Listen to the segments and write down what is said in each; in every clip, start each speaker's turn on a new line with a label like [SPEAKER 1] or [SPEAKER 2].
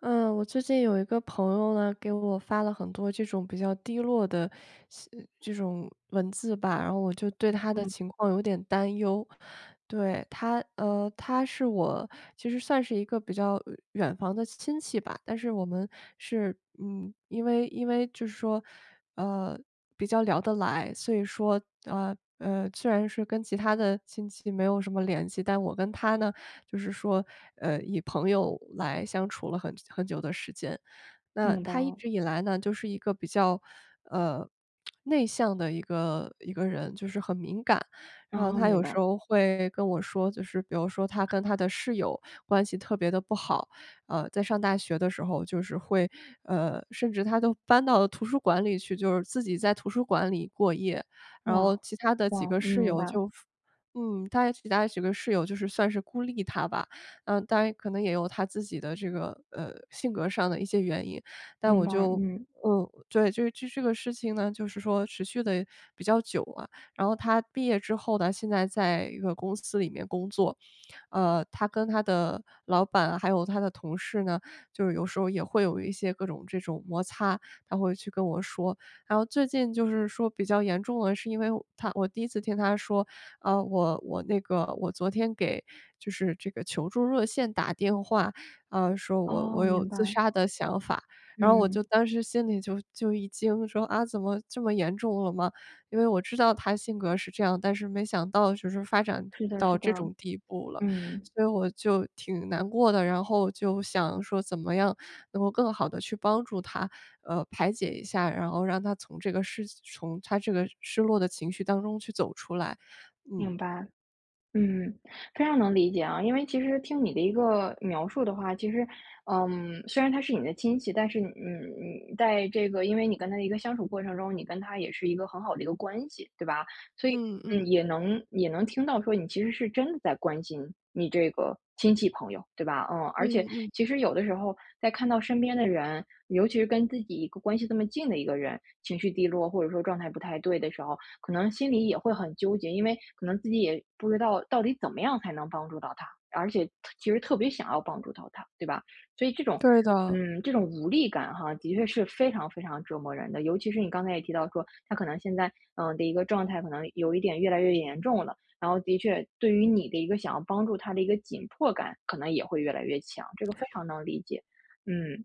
[SPEAKER 1] 嗯，我最近有一个朋友呢，给我发了很多这种比较低落的信这种文字吧，然后我就对他的
[SPEAKER 2] 明
[SPEAKER 1] 情况有点担忧。对，他是我其实算是一个比较远房的亲戚吧，但是我们是，因为就是说，呃，比较聊得来，所以说，虽然是跟其他的亲戚没有什么联系，但我跟他呢，就是说，以朋友来相处了很久的时间。那
[SPEAKER 2] 明白
[SPEAKER 1] 他一
[SPEAKER 2] 了，
[SPEAKER 1] 直以来呢，就是一个比较，呃，内向的一个人，就是很敏感。然后
[SPEAKER 2] 哦，
[SPEAKER 1] 他
[SPEAKER 2] 明
[SPEAKER 1] 有
[SPEAKER 2] 白
[SPEAKER 1] 时
[SPEAKER 2] 了，
[SPEAKER 1] 候会跟我说，就是比如说他跟他的室友关系特别的不好，在上大学的时候，就是会，甚至他都搬到图书馆里去，就是自己在图书馆里过夜。然后
[SPEAKER 2] 哇，
[SPEAKER 1] 其他的几
[SPEAKER 2] 哇，
[SPEAKER 1] 个
[SPEAKER 2] 嗯
[SPEAKER 1] 室
[SPEAKER 2] 明
[SPEAKER 1] 友
[SPEAKER 2] 白，
[SPEAKER 1] 他其他几个室友就是算是孤立他吧。当然可能也有他自己的这个，性格上的一些原因，但
[SPEAKER 2] 明
[SPEAKER 1] 我
[SPEAKER 2] 白，
[SPEAKER 1] 就
[SPEAKER 2] 嗯，
[SPEAKER 1] 对，这个事情呢，就是说持续的比较久啊。然后他毕业之后呢，现在在一个公司里面工作，她跟他的老板还有他的同事呢，就是有时候也会有一些各种这种摩擦，他会去跟我说。然后最近就是说比较严重的是因为我第一次听他说，我那个我昨天给就是这个求助热线打电话，啊，说我
[SPEAKER 2] 哦，
[SPEAKER 1] 有
[SPEAKER 2] 明
[SPEAKER 1] 自
[SPEAKER 2] 白，
[SPEAKER 1] 杀的想法。然后我就
[SPEAKER 2] 嗯，
[SPEAKER 1] 当时心里就一惊，说："啊，怎么这么严重了吗？"因为我知道他性格是这样，但是没想到就是发展
[SPEAKER 2] 是的，
[SPEAKER 1] 到
[SPEAKER 2] 是的，
[SPEAKER 1] 这种地步了，
[SPEAKER 2] 嗯，
[SPEAKER 1] 所以我就挺难过的。然后就想说怎么样能够更好的去帮助他，排解一下，然后让他从他这个失落的情绪当中去走出来，嗯。
[SPEAKER 2] 明白。嗯，非常能理解啊，因为其实听你的一个描述的话，其实，虽然他是你的亲戚，但是你在这个，因为你跟他的一个相处过程中，你跟他也是一个很好的一个关系，对吧？所以，
[SPEAKER 1] 嗯嗯
[SPEAKER 2] 也能听到说你其实是真的在关心你这个亲戚朋友，对吧？嗯，
[SPEAKER 1] 嗯
[SPEAKER 2] 而且
[SPEAKER 1] 嗯。
[SPEAKER 2] 其实有的时候在看到身边的人，尤其是跟自己一个关系这么近的一个人，情绪低落或者说状态不太对的时候。可能心里也会很纠结，因为可能自己也不知道到底怎么样才能帮助到他，而且其实特别想要帮助到他，对吧？所以这种，
[SPEAKER 1] 对的，
[SPEAKER 2] 嗯，这种无力感哈，的确是非常非常折磨人的。尤其是你刚才也提到说，他可能现在的一个状态可能有一点越来越严重了，然后的确对于你的一个想要帮助他的一个紧迫感，可能也会越来越强，这个非常能理解。嗯，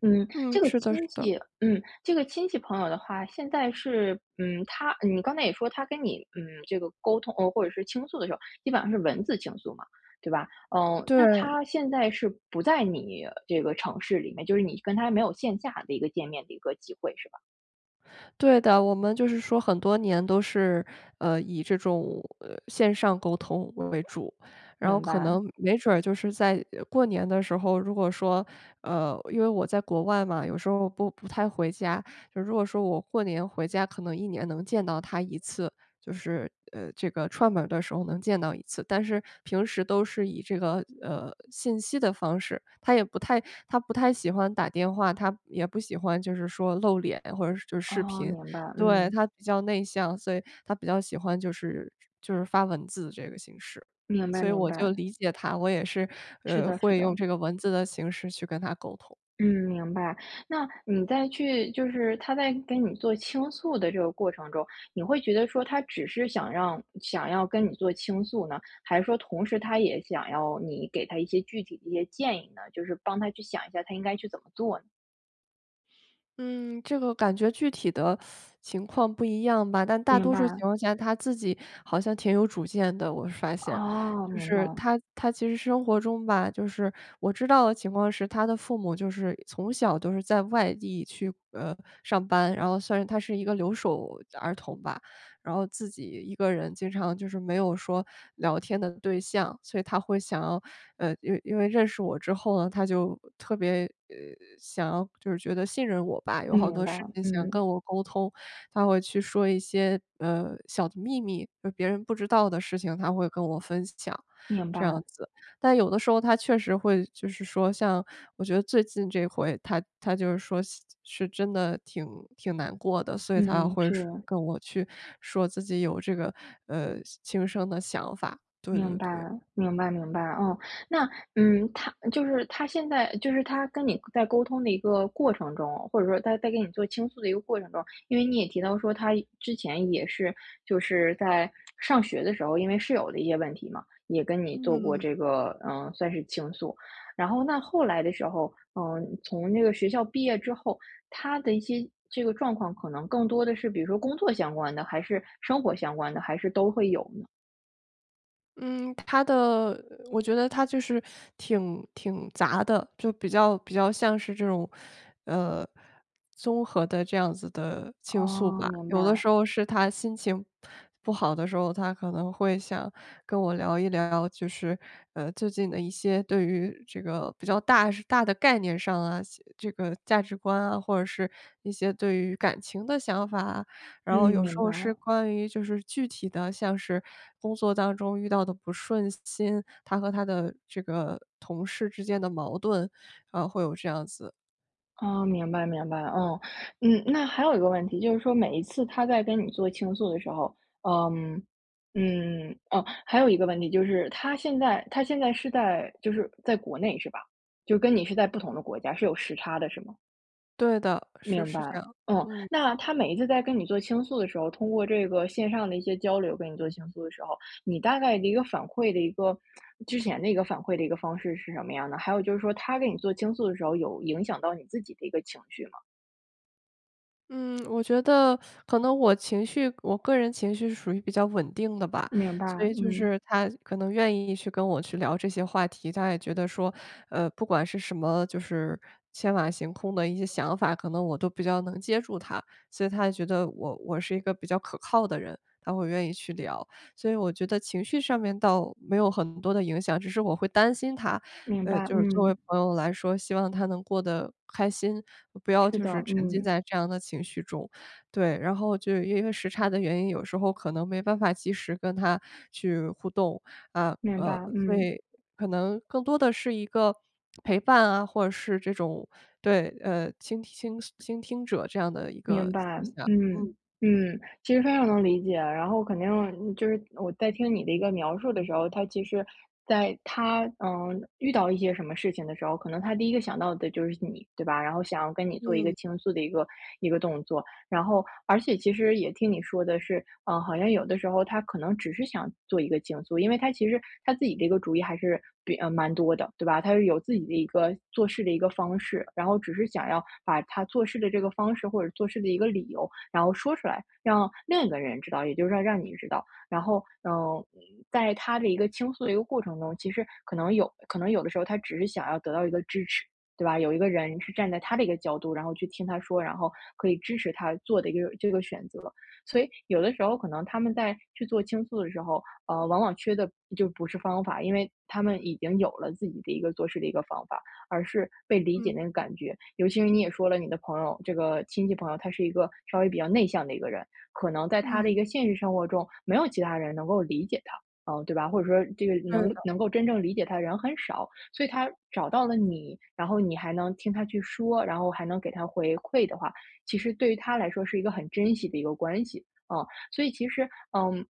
[SPEAKER 2] 嗯，
[SPEAKER 1] 嗯，
[SPEAKER 2] 这个
[SPEAKER 1] 是的是
[SPEAKER 2] 亲
[SPEAKER 1] 的，
[SPEAKER 2] 戚嗯，这个亲戚朋友的话，现在是他你刚才也说他跟你，这个沟通，或者是倾诉的时候，基本上是文字倾诉嘛，对吧？那
[SPEAKER 1] 对，
[SPEAKER 2] 他现在是不在你这个城市里面，就是你跟他没有线下的一个见面的一个机会，是吧？
[SPEAKER 1] 对的，我们就是说很多年都是，以这种，线上沟通为主，然后
[SPEAKER 2] 明
[SPEAKER 1] 可
[SPEAKER 2] 白，
[SPEAKER 1] 能没准儿就是在过年的时候，如果说，因为我在国外嘛，有时候不太回家，就如果说我过年回家，可能一年能见到他一次。就是这个串门儿的时候能见到一次，但是平时都是以这个信息的方式，他不太喜欢打电话，他也不喜欢就是说露脸或者是就是视
[SPEAKER 2] 哦，
[SPEAKER 1] 频，
[SPEAKER 2] 明白，
[SPEAKER 1] 对
[SPEAKER 2] 嗯，
[SPEAKER 1] 他比较内向，所以他比较喜欢就是发文字这个形式，
[SPEAKER 2] 明白
[SPEAKER 1] 所以
[SPEAKER 2] 明
[SPEAKER 1] 我就
[SPEAKER 2] 白，
[SPEAKER 1] 理解他，我也是
[SPEAKER 2] 是的是
[SPEAKER 1] 会用
[SPEAKER 2] 的。
[SPEAKER 1] 这个文字的形式去跟他沟通。
[SPEAKER 2] 嗯，明白。那你再去就是他在跟你做倾诉的这个过程中，你会觉得说他只是想要跟你做倾诉呢，还是说同时他也想要你给他一些具体的一些建议呢？就是帮他去想一下他应该去怎么做呢？
[SPEAKER 1] 嗯，这个感觉具体的情况不一样吧，但大
[SPEAKER 2] 明
[SPEAKER 1] 多数情
[SPEAKER 2] 白，
[SPEAKER 1] 况下他自己好像挺有主见的，我发现。
[SPEAKER 2] 哦，
[SPEAKER 1] 就
[SPEAKER 2] 明白，
[SPEAKER 1] 是他其实生活中吧，就是我知道的情况是，他的父母就是从小都是在外地去，上班，然后算是他是一个留守儿童吧。然后自己一个人经常就是没有说聊天的对象，所以他会想要，因为认识我之后呢，他就特别想要就是觉得信任我吧，有
[SPEAKER 2] 嗯，
[SPEAKER 1] 好
[SPEAKER 2] 明
[SPEAKER 1] 多
[SPEAKER 2] 白，
[SPEAKER 1] 事
[SPEAKER 2] 了，
[SPEAKER 1] 情想
[SPEAKER 2] 嗯，
[SPEAKER 1] 跟我沟通，他会去说一些小的秘密，就别人不知道的事情，他会跟我分享，
[SPEAKER 2] 明白，
[SPEAKER 1] 这样
[SPEAKER 2] 了，
[SPEAKER 1] 子。但有的时候他确实会就是说像我觉得最近这回他就是说是真的挺难过的，所以他
[SPEAKER 2] 嗯，
[SPEAKER 1] 会
[SPEAKER 2] 是。
[SPEAKER 1] 说跟我去说自己有这个，轻生的想法，对对
[SPEAKER 2] 明白，
[SPEAKER 1] 对。
[SPEAKER 2] 明白，明白。哦，那他就是他现在就是他跟你在沟通的一个过程中，或者说他在跟你做倾诉的一个过程中，因为你也提到说他之前就是在上学的时候，因为室友的一些问题嘛，也跟你做
[SPEAKER 1] 嗯
[SPEAKER 2] 过这个算是倾诉。然后那后来的时候，从那个学校毕业之后，他的一些这个状况可能更多的是，比如说工作相关的，还是生活相关的，还是都会有呢？
[SPEAKER 1] 嗯，我觉得他就是挺杂的，就比较像是这种，呃，综合的这样子的倾诉
[SPEAKER 2] 哦，
[SPEAKER 1] 吧。
[SPEAKER 2] 明
[SPEAKER 1] 有的
[SPEAKER 2] 白。
[SPEAKER 1] 时候是他心情不好的时候，他可能会想跟我聊一聊，就是最近的一些对于这个比较大是大的概念上啊，这个价值观啊，或者是一些对于感情的想法啊，然后
[SPEAKER 2] 嗯，
[SPEAKER 1] 有时
[SPEAKER 2] 明
[SPEAKER 1] 候是
[SPEAKER 2] 白。
[SPEAKER 1] 关于就是具体的，像是工作当中遇到的不顺心，他和他的这个同事之间的矛盾，啊，会有这样子。
[SPEAKER 2] 哦，明白明白，嗯。那还有一个问题，就是说每一次他在跟你做倾诉的时候，嗯，哦，还有一个问题就是他现在是在国内是吧？就跟你是在不同的国家，是有时差的是吗？
[SPEAKER 1] 对的，是
[SPEAKER 2] 明白，
[SPEAKER 1] 是这样，嗯。
[SPEAKER 2] 那他每一次在跟你做倾诉的时候，通过这个线上的一些交流跟你做倾诉的时候，你大概的一个反馈的一个之前的一个反馈的一个方式是什么样的？还有就是说，他跟你做倾诉的时候，有影响到你自己的一个情绪吗？
[SPEAKER 1] 嗯，我觉得可能我个人情绪是属于比较稳定的吧，
[SPEAKER 2] 明白，
[SPEAKER 1] 所以就
[SPEAKER 2] 嗯，
[SPEAKER 1] 是他可能愿意去跟我去聊这些话题，他也觉得说，不管是什么，就是天马行空的一些想法，可能我都比较能接住他，所以他也觉得我是一个比较可靠的人，他会愿意去聊，所以我觉得情绪上面倒没有很多的影响，只是我会担心他，
[SPEAKER 2] 明白，
[SPEAKER 1] 就是作为
[SPEAKER 2] 嗯，
[SPEAKER 1] 朋友来说，希望他能过得开心，不要
[SPEAKER 2] 是
[SPEAKER 1] 就
[SPEAKER 2] 的，
[SPEAKER 1] 是沉浸
[SPEAKER 2] 嗯，
[SPEAKER 1] 在这样的情绪中。对，然后就因为时差的原因，有时候可能没办法及时跟他去互动，啊，
[SPEAKER 2] 明白，
[SPEAKER 1] 所
[SPEAKER 2] 嗯。
[SPEAKER 1] 以可能更多的是一个陪伴啊，或者是这种对，倾听倾倾听者这样的一
[SPEAKER 2] 明
[SPEAKER 1] 个
[SPEAKER 2] 白，
[SPEAKER 1] 形象。嗯
[SPEAKER 2] 其实非常能理解。然后肯定就是我在听你的一个描述的时候，他其实在他遇到一些什么事情的时候，可能他第一个想到的就是你，对吧？然后想要跟你做一个
[SPEAKER 1] 嗯
[SPEAKER 2] 倾诉的一个动作。然后而且其实也听你说的是，好像有的时候他可能只是想做一个倾诉，因为他其实他自己的一个主意还是蛮多的，对吧？他是有自己的一个做事的一个方式，然后只是想要把他做事的这个方式或者做事的一个理由，然后说出来，让另一个人知道，也就是让你知道。然后，嗯，在他的一个倾诉的一个过程中，其实可能有的时候他只是想要得到一个支持，对吧？有一个人是站在他的一个角度，然后去听他说，然后可以支持他做的一个这个选择。所以有的时候可能他们在去做倾诉的时候，往往缺的就不是方法，因为他们已经有了自己的一个做事的一个方法，而是被理
[SPEAKER 1] 嗯
[SPEAKER 2] 解那个感觉。尤其是你也说了，你的朋友这个亲戚朋友，他是一个稍微比较内向的一个人，可能在他的
[SPEAKER 1] 嗯，
[SPEAKER 2] 一个现实生活中，没有其他人能够理解他。嗯，对吧？或者说这个
[SPEAKER 1] 对。
[SPEAKER 2] 能能够真正理解他的人很少，所以他找到了你，然后你还能听他去说，然后还能给他回馈的话，其实对于他来说是一个很珍惜的一个关系，嗯，所以其实，嗯，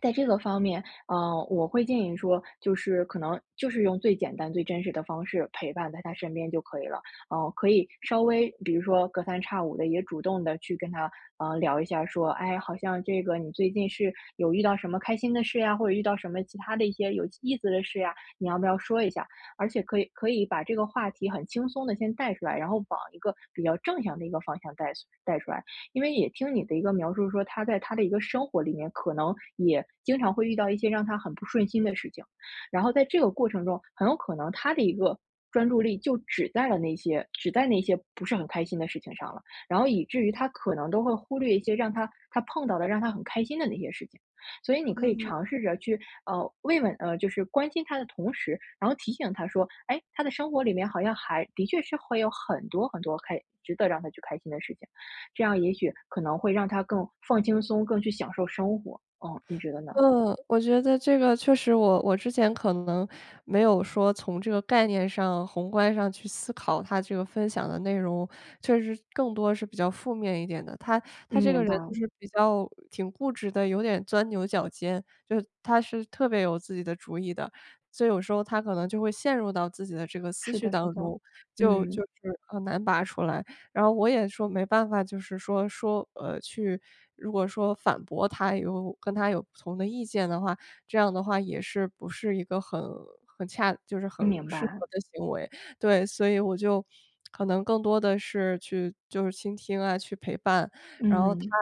[SPEAKER 2] 在这个方面，我会建议说，就是可能就是用最简单、最真实的方式陪伴在他身边就可以了，可以稍微比如说隔三差五的也主动的去跟他，聊一下说，哎，好像这个你最近是有遇到什么开心的事呀，或者遇到什么其他的一些有意思的事呀，你要不要说一下？而且可以把这个话题很轻松的先带出来，然后往一个比较正向的一个方向带出来。因为也听你的一个描述说，他在他的一个生活里面，可能也经常会遇到一些让他很不顺心的事情，然后在这个过程中，很有可能他的一个专注力就只在那些不是很开心的事情上了，然后以至于他可能都会忽略一些让他碰到的让他很开心的那些事情。所以你可以尝试着去慰问，就是关心他的同时，然后提醒他说，哎，他的生活里面好像还的确是会有很多很多值得让他去开心的事情，这样也许可能会让他更放轻松，更去享受生活。嗯，你觉得呢？
[SPEAKER 1] 嗯，我觉得这个确实我之前可能没有说从这个概念上、宏观上去思考他这个分享的内容，确实更多是比较负面一点的。他
[SPEAKER 2] 嗯，
[SPEAKER 1] 他这个
[SPEAKER 2] 明
[SPEAKER 1] 人
[SPEAKER 2] 白，
[SPEAKER 1] 就是比较挺固执的，有点钻牛角尖，就是他是特别有自己的主意的，所以有时候他可能就会陷入到自己的这个思
[SPEAKER 2] 是
[SPEAKER 1] 绪
[SPEAKER 2] 的，是
[SPEAKER 1] 当
[SPEAKER 2] 的，
[SPEAKER 1] 中，就
[SPEAKER 2] 嗯，
[SPEAKER 1] 是很难拔出来。然后我也说没办法，就是说去如果说反驳他，有跟他有不同的意见的话，这样的话也是不是一个很很恰就是很
[SPEAKER 2] 明
[SPEAKER 1] 适
[SPEAKER 2] 白。
[SPEAKER 1] 合的行为。对，所以我就可能更多的是去就是倾听啊，去陪伴，然后他
[SPEAKER 2] 嗯，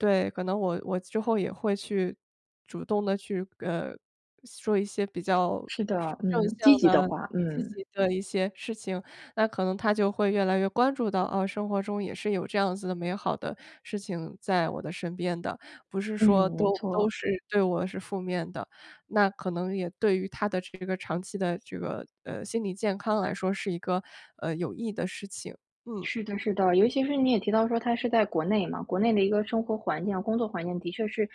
[SPEAKER 1] 对，可能我之后也会去主动的去，说一些比较
[SPEAKER 2] 是的，
[SPEAKER 1] 正
[SPEAKER 2] 嗯，积
[SPEAKER 1] 向
[SPEAKER 2] 极的
[SPEAKER 1] 的、
[SPEAKER 2] 话，
[SPEAKER 1] 积
[SPEAKER 2] 嗯。
[SPEAKER 1] 极的一些事情，那可能他就会越来越关注到，啊，生活中也是有这样子的美好的事情在我的身边的，不是
[SPEAKER 2] 嗯，
[SPEAKER 1] 说都
[SPEAKER 2] 没
[SPEAKER 1] 都
[SPEAKER 2] 错。
[SPEAKER 1] 是对我是负面的。那可能也对于他的这个长期的这个，心理健康来说是一个，有益的事情，嗯。
[SPEAKER 2] 是的，是的，尤其是你也提到说他是在国内嘛，国内的一个生活环境啊、工作环境的确是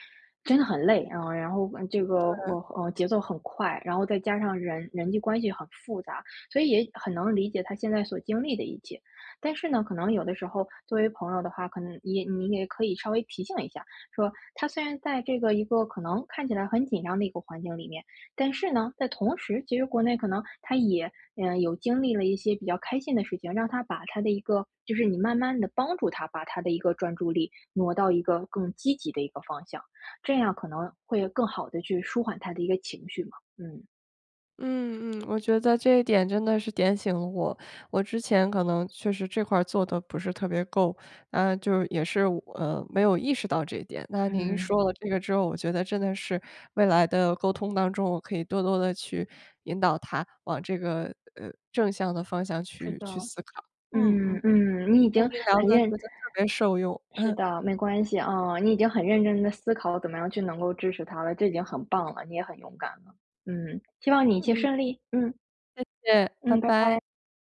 [SPEAKER 2] 真的很累啊，然后这个节奏很快，然后再加上人际关系很复杂，所以也很能理解他现在所经历的一切。但是呢，可能有的时候作为朋友的话，可能也你也可以稍微提醒一下，说他虽然在这个一个可能看起来很紧张的一个环境里面，但是呢，在同时，其实国内可能他也，有经历了一些比较开心的事情，让他把他的一个就是你慢慢的帮助他把他的一个专注力挪到一个更积极的一个方向，这样可能会更好的去舒缓他的一个情绪嘛。嗯。
[SPEAKER 1] 嗯嗯，我觉得这一点真的是点醒了我。我之前可能确实这块儿做的不是特别够，啊，就是也是没有意识到这一点。那您
[SPEAKER 2] 嗯，
[SPEAKER 1] 说了这个之后，我觉得真的是未来的沟通当中，我可以多多的去引导他往这个正向的方向
[SPEAKER 2] 是
[SPEAKER 1] 去
[SPEAKER 2] 的。
[SPEAKER 1] 思考。嗯
[SPEAKER 2] 嗯
[SPEAKER 1] 嗯，
[SPEAKER 2] 嗯，你已
[SPEAKER 1] 跟
[SPEAKER 2] 经
[SPEAKER 1] 您聊
[SPEAKER 2] 很
[SPEAKER 1] 的觉
[SPEAKER 2] 认
[SPEAKER 1] 得特别受用。
[SPEAKER 2] 是
[SPEAKER 1] 嗯
[SPEAKER 2] 的，没关系，啊，你已经很认真的思考怎么样去能够支持他了，这已经很棒了，你也很勇敢了。希望你一切
[SPEAKER 1] 嗯，
[SPEAKER 2] 顺利，嗯，
[SPEAKER 1] 谢谢，拜
[SPEAKER 2] 嗯，拜
[SPEAKER 1] 拜。
[SPEAKER 2] 拜。